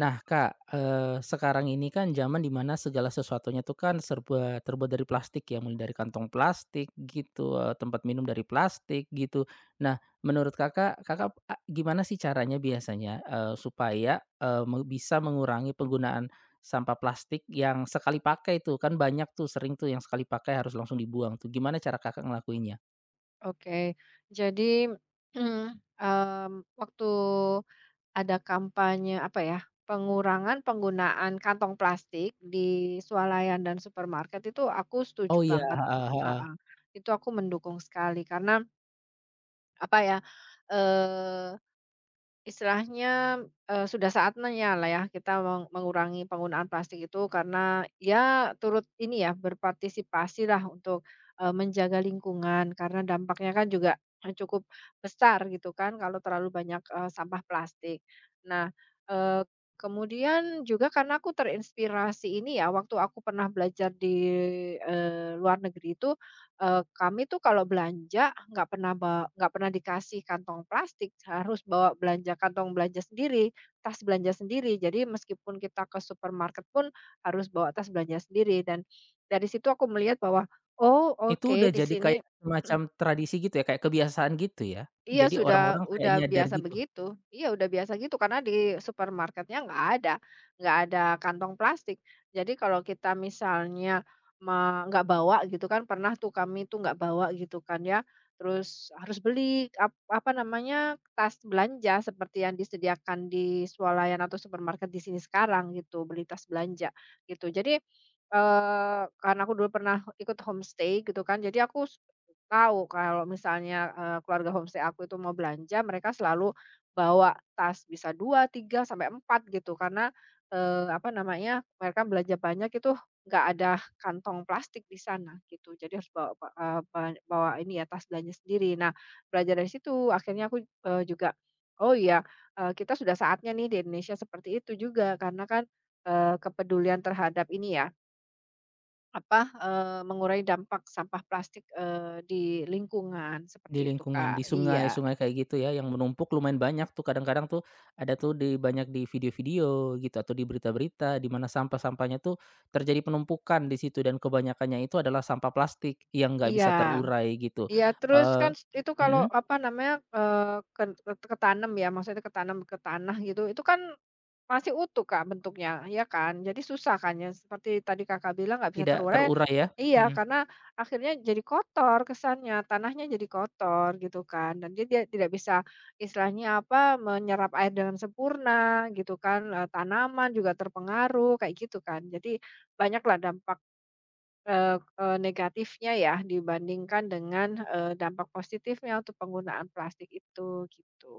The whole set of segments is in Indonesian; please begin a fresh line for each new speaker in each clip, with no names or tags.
Nah, Kak, sekarang ini kan zaman dimana segala sesuatunya tuh kan serba terbuat dari plastik ya, mulai dari kantong plastik gitu, tempat minum dari plastik gitu. Nah, menurut Kakak, Kakak a gimana sih caranya biasanya, supaya, eee, me bisa mengurangi penggunaan sampah plastik yang sekali pakai tuh, kan banyak tuh, sering tuh yang sekali pakai harus langsung dibuang tuh. Gimana cara Kakak ngelakuinnya?
Oke, jadi, waktu ada kampanye, apa ya, pengurangan penggunaan kantong plastik di swalayan dan supermarket itu aku setuju
Oh, iya,
banget,
heeh, heeh.
heeh. Itu aku mendukung sekali karena, apa ya, istilahnya, sudah saatnya lah ya kita mengurangi penggunaan plastik itu karena ya turut ini ya berpartisipasi lah untuk, menjaga lingkungan karena dampaknya kan juga cukup besar gitu kan kalau terlalu banyak, sampah plastik. Nah, eee, kemudian juga karena aku terinspirasi ini ya waktu aku pernah belajar di, luar negeri itu. Kami tuh kalau belanja nggak pernah dikasih kantong plastik, harus bawa kantong belanja sendiri, tas belanja sendiri. Jadi meskipun kita ke supermarket pun harus bawa tas belanja sendiri, dan dari situ aku melihat bahwa, oh
Itu
oke
udah
di
jadi
sini.
kayak semacam tradisi gitu ya, kayak kebiasaan gitu ya?
Iya
Jadi
sudah
orang-orang kayak
udah
nyadar
biasa
gitu
begitu. Iya udah biasa gitu karena di supermarketnya nggak ada kantong plastik. Jadi kalau kita misalnya me nggak bawa gitu kan, pernah tuh kami tuh nggak bawa gitu kan ya, terus harus beli apa namanya, tas belanja seperti yang disediakan di swalayan atau supermarket di sini sekarang gitu, beli tas belanja gitu. Jadi, karena aku dulu pernah ikut homestay gitu kan, jadi aku tahu kalau misalnya, keluarga homestay aku itu mau belanja, mereka selalu bawa tas bisa 2 3 sampai 4 gitu karena, apa namanya, mereka belanja banyak itu nggak ada kantong plastik di sana gitu. Jadi harus bawa ba eee, ba bawa ini ya, tas belanja sendiri. Nah, belajar dari situ akhirnya aku, juga, oh iya, kita sudah saatnya nih di Indonesia seperti itu juga karena kan, kepedulian terhadap ini ya, apa, mengurangi dampak sampah plastik, di lingkungan,
di
seperti itu,
lingkungan, di
Kak. Iya
sungai-sungai kayak gitu ya yang menumpuk lumayan banyak tuh kadang-kadang tuh ada tuh di banyak di video-video gitu atau di berita-berita di mana sampah-sampahnya tuh terjadi penumpukan di situ dan kebanyakannya itu adalah sampah plastik yang nggak bisa
iya
terurai gitu.
iya, terus
eee
kan itu kalau,
mhm.
apa namanya, ken ke ketanam ya, maksudnya ketanam ke tanah gitu, itu kan masih utuh, Kak, bentuknya, ya kan? Jadi susah kan ya, seperti tadi Kakak bilang nggak bisa
Tidak
terurai,
terurai ya?
iya,
Mhm.
karena akhirnya jadi kotor kesannya, tanahnya jadi kotor gitu kan, dan dia dia tidak bisa istilahnya, apa, menyerap air dengan sempurna gitu kan, tanaman juga terpengaruh, kayak gitu kan. Jadi banyaklah dampak, eee eee, negatifnya ya dibandingkan dengan, dampak positifnya untuk penggunaan plastik itu, gitu.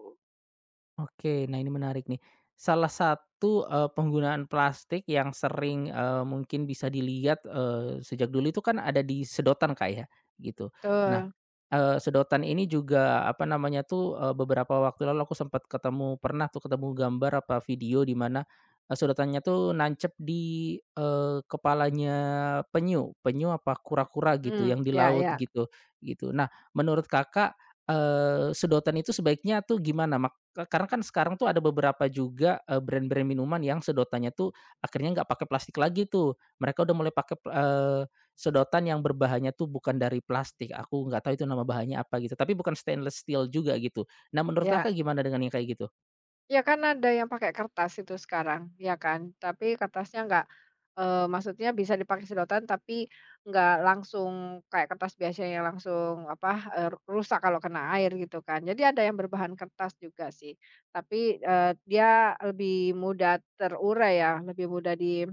Oke, nah ini menarik nih. Salah satu, penggunaan plastik yang sering, mungkin bisa dilihat, sejak dulu itu kan ada di sedotan, kayak gitu. Nah,
Betul,
sedotan ini juga, apa namanya tuh, beberapa waktu lalu aku sempat ketemu pernah tuh ketemu gambar apa video di mana, sedotannya tuh nancep di, kepalanya penyu penyu apa kura-kura gitu
mhm,
yang di
ya
laut
ya,
gitu gitu. Nah, menurut Kakak, sedotan itu sebaiknya tuh gimana? Karena kan sekarang tuh ada beberapa juga, brand-brand minuman yang sedotannya tuh akhirnya nggak pakai plastik lagi tuh. Mereka udah mulai pakai sedotan yang berbahannya tuh bukan dari plastik, aku nggak tahu itu nama bahannya apa gitu, tapi bukan stainless steel juga gitu. Nah menurut
iya.
Kakak gimana dengan yang kayak gitu?
Ya kan ada yang pakai kertas itu sekarang, ya kan? Tapi kertasnya nggak, maksudnya bisa dipakai sedotan tapi nggak langsung kayak kertas biasa yang langsung apa, rusak kalau kena air gitu kan. Jadi ada yang berbahan kertas juga sih, tapi, dia lebih mudah terurai ya, lebih mudah di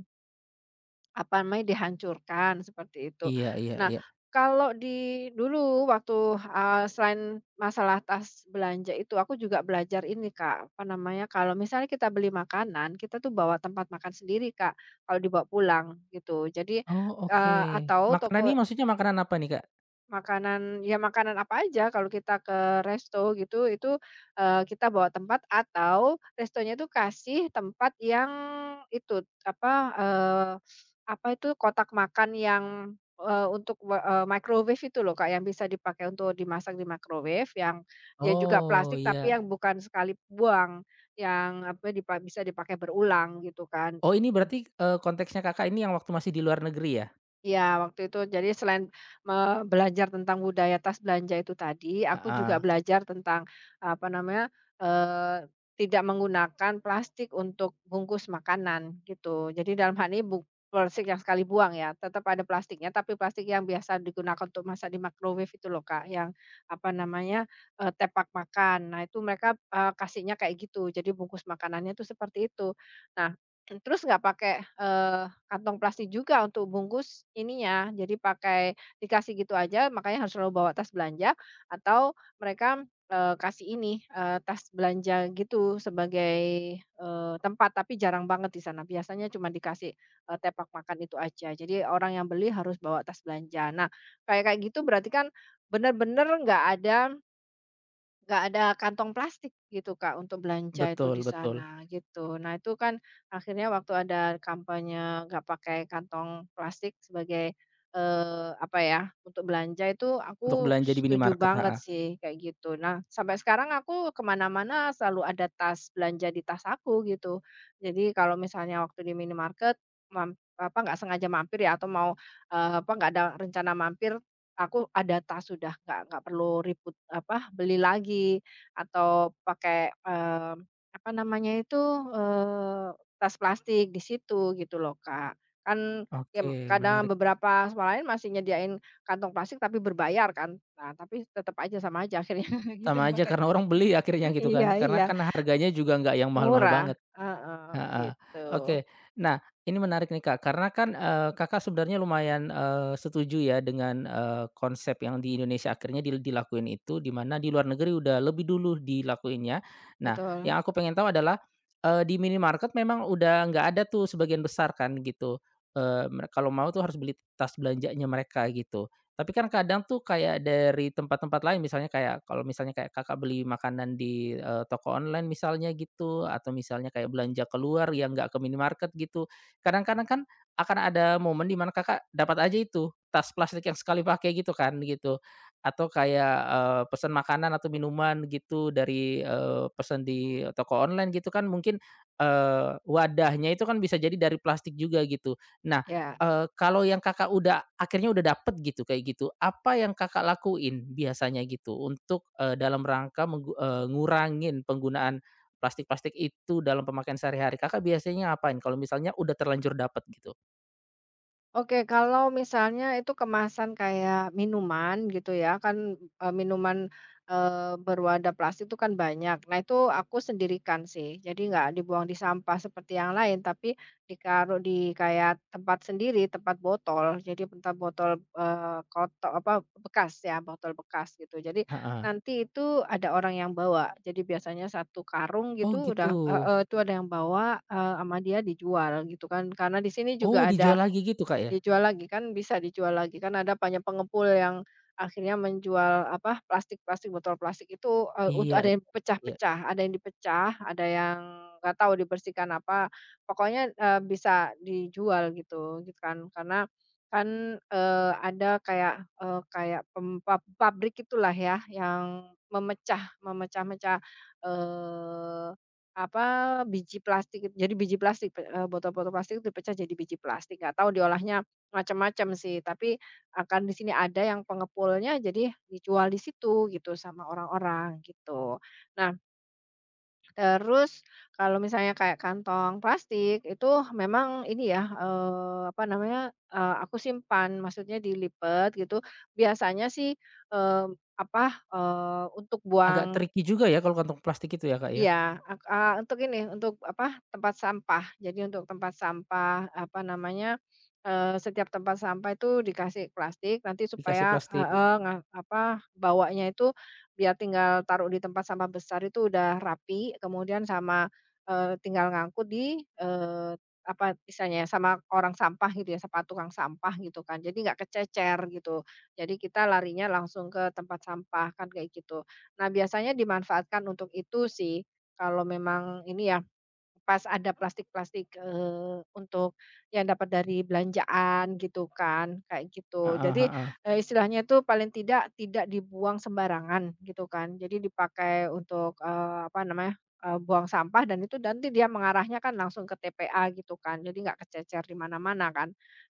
apa namanya, dihancurkan seperti itu.
Iya, iya,
Nah,
iya.
kalau di dulu waktu, selain masalah tas belanja itu aku juga belajar ini Kak, apa namanya, kalau misalnya kita beli makanan, kita tuh bawa tempat makan sendiri, Kak, kalau dibawa pulang gitu. Jadi,
Oh, oke.
atau
Makanan
toko.
ini maksudnya makanan apa nih, Kak?
Makanan ya makanan apa aja kalau kita ke resto gitu, itu, kita bawa tempat atau restonya itu kasih tempat yang itu, apa, eee, apa itu, kotak makan yang, untuk microwave itu loh, Kak, yang bisa dipakai untuk dimasak di microwave, yang ya juga
Oh,
plastik tapi
iya.
yang bukan sekali buang, yang apa, bisa dipakai berulang gitu kan.
Oh ini berarti, konteksnya Kakak ini yang waktu masih di luar negeri ya?
Iya, waktu itu jadi selain me belajar tentang budaya tas belanja itu tadi, aku
Heeh,
juga belajar tentang, apa namanya, tidak menggunakan plastik untuk bungkus makanan, gitu. Jadi dalam hal ini plastik yang sekali buang ya, tetap ada plastiknya, tapi plastik yang biasa digunakan untuk masak di microwave itu loh, Kak, yang, apa namanya, tepak makan. Nah, itu mereka, kasihnya kayak gitu, jadi bungkus makanannya itu seperti itu. Nah, terus nggak pakai, eh, kantong plastik juga untuk bungkus ininya, jadi pakai dikasih gitu aja, makanya harus selalu bawa tas belanja, atau mereka, kasih ini, tas belanja gitu sebagai, tempat, tapi jarang banget di sana, biasanya cuma dikasih, tepak makan itu aja. Jadi orang yang beli harus bawa tas belanja. Nah, kayak kayak gitu berarti kan benar-benar nggak ada. Nggak ada kantong plastik gitu, Kak, untuk belanja itu
betul,
di
betul,
sana, gitu. Nah, itu kan akhirnya waktu ada kampanye nggak pakai kantong plastik sebagai, apa ya, untuk belanja itu
untuk
aku
belanja di
setuju
minimarket,
banget
ha?
sih kayak gitu. Nah, sampai sekarang aku kemana mana selalu ada tas, belanja di tas aku gitu. Jadi kalau misalnya waktu di minimarket, apa, nggak sengaja mampir ya atau mau, apa, nggak ada rencana mampir. Aku ada tas sudah, nggak perlu ribut, apa, beli lagi atau pakai, apa namanya itu, tas plastik di situ gitu loh, Kak. Kan ya
Oke,
kadang
menarik.
beberapa sekolah lain masih nyediain kantong plastik tapi berbayar kan. Nah, tapi tetap aja sama aja akhirnya gitu
Sama aja
pakai.
karena orang beli akhirnya gitu
Iya
kan,
iya,
karena kan harganya juga nggak yang mahal-mahal
murah,
banget,
heeh,
heeh.
gitu.
Oke, nah ini menarik nih Kak, karena kan, Kakak sebenarnya lumayan, setuju ya dengan, konsep yang di Indonesia akhirnya dilakuin itu, di mana di luar negeri udah lebih dulu dilakuinnya. Nah,
Betul,
yang aku pengen tahu adalah, di minimarket memang udah nggak ada tuh sebagian besar kan gitu, eee, mere kalau mau tuh harus beli tas belanjanya mereka gitu. Tapi kan kadang tuh kayak dari tempat-tempat lain misalnya kayak kalau misalnya kayak Kakak beli makanan di, toko online misalnya gitu atau misalnya kayak belanja keluar yang nggak ke minimarket gitu. Kadang-kadang kan akan ada momen di mana Kakak dapat aja itu tas plastik yang sekali pakai gitu kan gitu. Atau kayak, pesan makanan atau minuman gitu dari, pesan di toko online gitu kan mungkin, wadahnya itu kan bisa jadi dari plastik juga gitu. Nah,
ya.
Kalau yang Kakak udah akhirnya udah dapet gitu, kayak gitu, apa yang Kakak lakuin biasanya gitu untuk, dalam rangka ngurangin penggunaan plastik-plastik itu dalam pemakaian sehari-hari? Kakak biasanya ngapain kalau misalnya udah terlanjur dapet gitu?
Oke, kalau misalnya itu kemasan kayak minuman gitu ya, kan, minuman, berwadah plastik itu kan banyak. Nah, itu aku sendirikan sih. Jadi nggak dibuang di sampah seperti yang lain, tapi ditaruh di kayak tempat sendiri, tempat botol. Jadi tempat botol, koto apa, bekas ya, botol bekas gitu. Jadi
Heeh.
nanti itu ada orang yang bawa. Jadi biasanya satu karung
Oh
gitu
gitu.
udah, heeh, itu ada yang bawa, sama dia dijual gitu kan. Karena di sini juga
Oh
ada.
dijual lagi gitu, Kak, ya?
Dijual lagi kan bisa dijual lagi, kan ada banyak pengepul yang akhirnya menjual apa, plastik-plastik, botol plastik itu, untuk
Iya,
ada yang
iya, iya.
pecah-pecah, ada yang dipecah, ada yang nggak tahu dibersihkan apa, pokoknya, bisa dijual gitu gitu kan. Karena kan, ada kayak, kayak pem pab pabrik itulah ya yang memecah-mecah, eee, apa, biji plastik jadi biji plastik, botol-botol plastik itu dipecah jadi biji plastik, nggak tahu diolahnya. Macam-macam sih, tapi, akan di sini ada yang pengepulnya jadi dijual di situ gitu sama orang-orang gitu. Nah, terus kalau misalnya kayak kantong plastik itu memang ini ya, apa namanya, aku simpan, maksudnya dilipat gitu. Biasanya sih, eee, apa, untuk
Agak
buang.
tricky juga ya kalau kantong plastik itu ya, Kak, ya?
Iya, untuk ini, untuk apa, tempat sampah. Jadi untuk tempat sampah, apa namanya, setiap tempat sampah itu dikasih plastik nanti
Dikasih
supaya
plastik.
heeh, nga apa, bawanya itu biar tinggal taruh di tempat sampah besar itu udah rapi, kemudian sama, tinggal ngangkut di, apa istilahnya ya, sama orang sampah gitu ya, sama tukang sampah gitu kan. Jadi nggak kececer gitu. Jadi kita larinya langsung ke tempat sampah, kan kayak gitu. Nah biasanya dimanfaatkan untuk itu sih. Kalau memang ini ya, pas ada plastik-plastik, untuk yang dapat dari belanjaan gitu kan, kayak gitu.
Heeh,
Jadi,
heeh.
istilahnya itu paling tidak, tidak dibuang sembarangan gitu kan. Jadi dipakai untuk, apa namanya, buang sampah dan itu nanti dia mengarahnya kan langsung ke TPA gitu kan, jadi nggak kececer di mana-mana kan.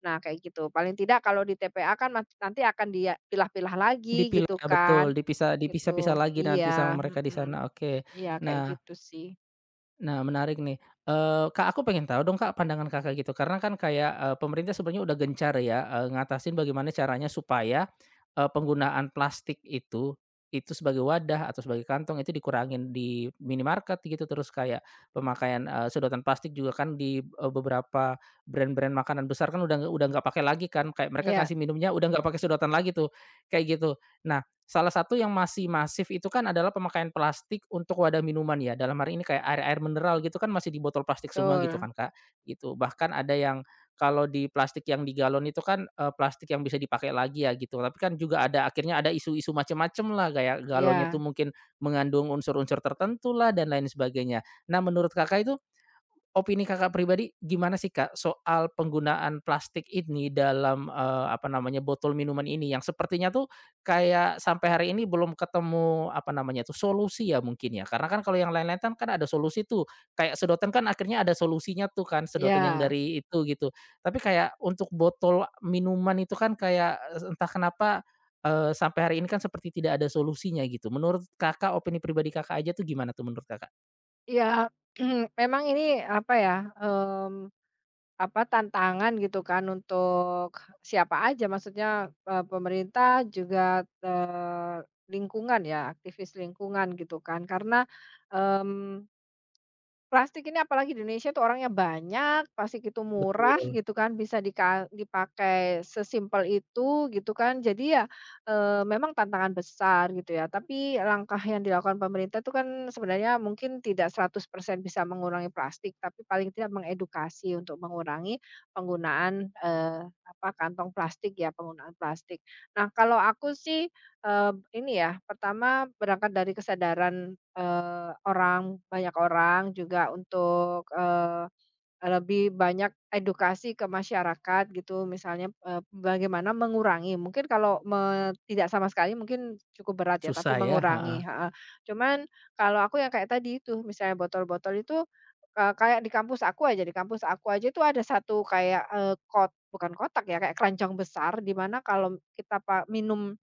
Nah kayak gitu, paling tidak kalau di TPA kan nanti akan dia pilah-pilah lagi gitu
Dipilah
kan,
betul, dipisah-pisah
gitu.
lagi nanti sama
Iya,
mereka di sana,
mhm,
oke.
iya kayak
Nah
gitu sih.
Nah, menarik nih. Kak, aku pengen tahu dong, Kak, pandangan Kakak gitu. Karena kan kayak, pemerintah sebenarnya udah gencar ya, ngatasin bagaimana caranya supaya, penggunaan plastik itu sebagai wadah atau sebagai kantong itu dikurangin di minimarket gitu, terus kayak pemakaian, sedotan plastik juga kan di, beberapa brand-brand makanan besar kan udah nggak pakai lagi kan, kayak mereka
Iya,
kasih minumnya udah nggak pakai sedotan lagi tuh, kayak gitu. Nah, salah satu yang masih masif itu kan adalah pemakaian plastik untuk wadah minuman ya, dalam hari ini kayak air-air mineral gitu kan masih di botol plastik semua gitu
betul.
kan, Kak, gitu. Bahkan ada yang kalau di plastik yang di galon itu kan, plastik yang bisa dipakai lagi ya gitu, tapi kan juga ada akhirnya ada isu-isu macam macem lah, kayak galonnya
Iya
tuh mungkin mengandung unsur-unsur tertentu lah dan lain sebagainya. Nah, menurut Kakak itu opini Kakak pribadi gimana sih, Kak, soal penggunaan plastik ini dalam, apa namanya, botol minuman ini yang sepertinya tuh kayak sampai hari ini belum ketemu, apa namanya tuh, solusi ya mungkin ya? Karena kan kalau yang lain-lain kan kan ada solusi tuh, kayak sedotan kan akhirnya ada solusinya tuh kan, sedotan yang
iya
dari itu gitu. Tapi kayak untuk botol minuman itu kan kayak es entah kenapa, sampai hari ini kan seperti tidak ada solusinya gitu. Menurut Kakak, opini pribadi Kakak aja tuh gimana tuh menurut Kakak?
iya, memang ini apa ya, mmm, apa, tantangan gitu kan untuk siapa aja maksudnya, pemerintah juga, eee, lingkungan ya, aktivis lingkungan gitu kan karena, mmm plastik ini apalagi di Indonesia tuh orangnya banyak, plastik itu murah
Betul,
gitu kan, bisa dipakai sesimpel itu gitu kan. Jadi ya, memang tantangan besar gitu ya, tapi langkah yang dilakukan pemerintah itu kan sebenarnya mungkin tidak 100% bisa mengurangi plastik, tapi paling tidak mengedukasi untuk mengurangi penggunaan, apa, kantong plastik ya, penggunaan plastik. Nah, kalau aku sih, ini ya, pertama berangkat dari kesadaran, orang banyak orang juga untuk, lebih banyak edukasi ke masyarakat gitu misalnya, bagaimana mengurangi, mungkin kalau tidak sama sekali mungkin cukup berat ya, tapi
susah ya? Heeh.
mengurangi, heeh. Cuman kalau aku yang kayak tadi itu misalnya botol-botol itu, kayak di kampus aku aja, di kampus aku aja itu ada satu kayak, kot bukan kotak ya, kayak keranjang besar di mana kalau kita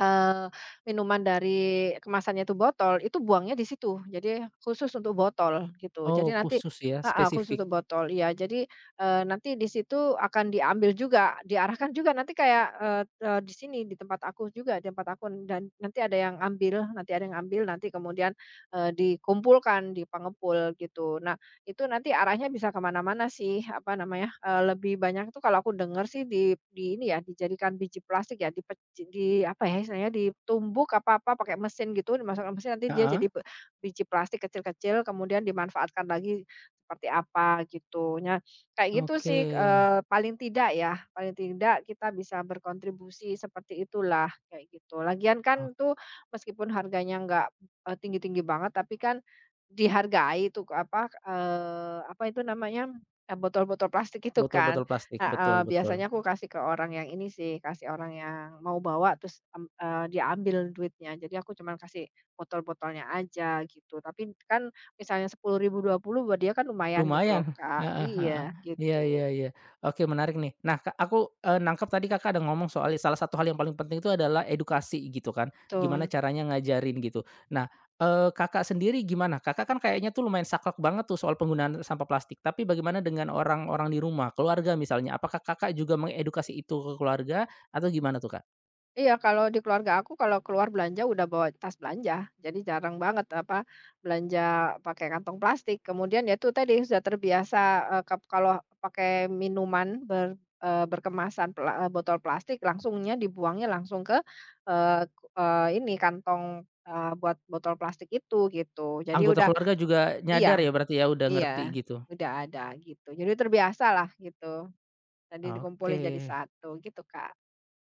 Eee, minuman dari kemasannya itu botol, itu buangnya di situ. Jadi khusus untuk botol gitu. Jadi
Oh,
nanti
khusus ya,
heeh, khusus
spesifik.
untuk botol, iya. Jadi, nanti di situ akan diambil juga, diarahkan juga nanti kayak, eee eee, di sini di tempat aku juga, di tempat aku dan nanti ada yang ambil nanti ada yang ambil, nanti kemudian, dikumpulkan di pengepul gitu. Nah itu nanti arahnya bisa kemana mana-mana sih, apa namanya, lebih banyak tuh kalau aku denger sih di ini ya, dijadikan biji plastik ya, dipec di apa ya istilahnya, ditumbuk apa apa pakai mesin gitu, dimasukkan mesin nanti dia
Heeh.
jadi biji plastik kecil-kecil kemudian dimanfaatkan lagi seperti apa gitu. Nah, kayak gitu
Oke,
sih, paling tidak ya, paling tidak kita bisa berkontribusi seperti itulah, kayak gitu. Lagian
ok,
kan tuh meskipun harganya nggak, tinggi-tinggi banget tapi kan dihargai itu apa, apa itu namanya, botol-botol plastik itu kan,
botol-botol plastik, betul,
heeh,
betul.
biasanya aku kasih ke orang yang ini sih, kasih orang yang mau bawa terus, dia ambil duitnya. Jadi aku cuman kasih botol-botolnya aja gitu, tapi kan misalnya 10.000 20 buat dia kan lumayan gitu loh,
Lumayan,
Kak.
heeh, heeh.
Iya
Iya, iya,
gitu,
iya. Oke, menarik nih. Nah, Kak, aku, nangkep tadi Kakak ada ngomong soal salah satu hal yang paling penting itu adalah edukasi gitu kan, gimana
betul.
caranya ngajarin gitu. Nah, Kakak sendiri gimana? Kakak kan kayaknya tuh lumayan saklek banget tuh soal penggunaan sampah plastik, tapi bagaimana dengan orang-orang di rumah, keluarga misalnya? Apakah Kakak juga mengedukasi itu ke keluarga atau gimana tuh, Kak?
Iya, kalau di keluarga aku kalau keluar belanja udah bawa tas belanja. Jadi jarang banget apa belanja pakai kantong plastik. Kemudian ya itu tadi sudah terbiasa, kalau pakai minuman berkemasan botol plastik langsungnya dibuangnya langsung ke, eee, eee, ini kantong, buat botol plastik itu gitu. Jadi
Anggota
udah.
keluarga juga nyadar
Iya
ya berarti ya, udah ngerti
iya,
gitu?
udah ada gitu. Jadi terbiasa lah gitu. Tadi
Oke,
dikumpulin jadi satu gitu, Kak.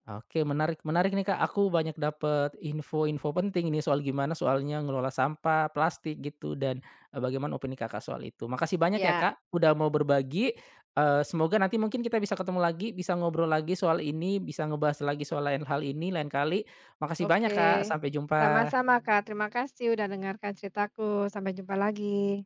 oke, menarik menarik nih Kak, aku banyak dapet info-info penting ini soal gimana soalnya ngelola sampah plastik gitu dan, bagaimana opini Kakak soal itu. Makasih banyak ya
Iya.
Kak, udah mau berbagi, semoga nanti mungkin kita bisa ketemu lagi, bisa ngobrol lagi soal ini, bisa ngebahas lagi soal lain hal ini lain kali. Makasih banyak
Oke,
Kak, sampai jumpa.
sama-sama Kak, terima kasih udah dengarkan ceritaku, sampai jumpa lagi.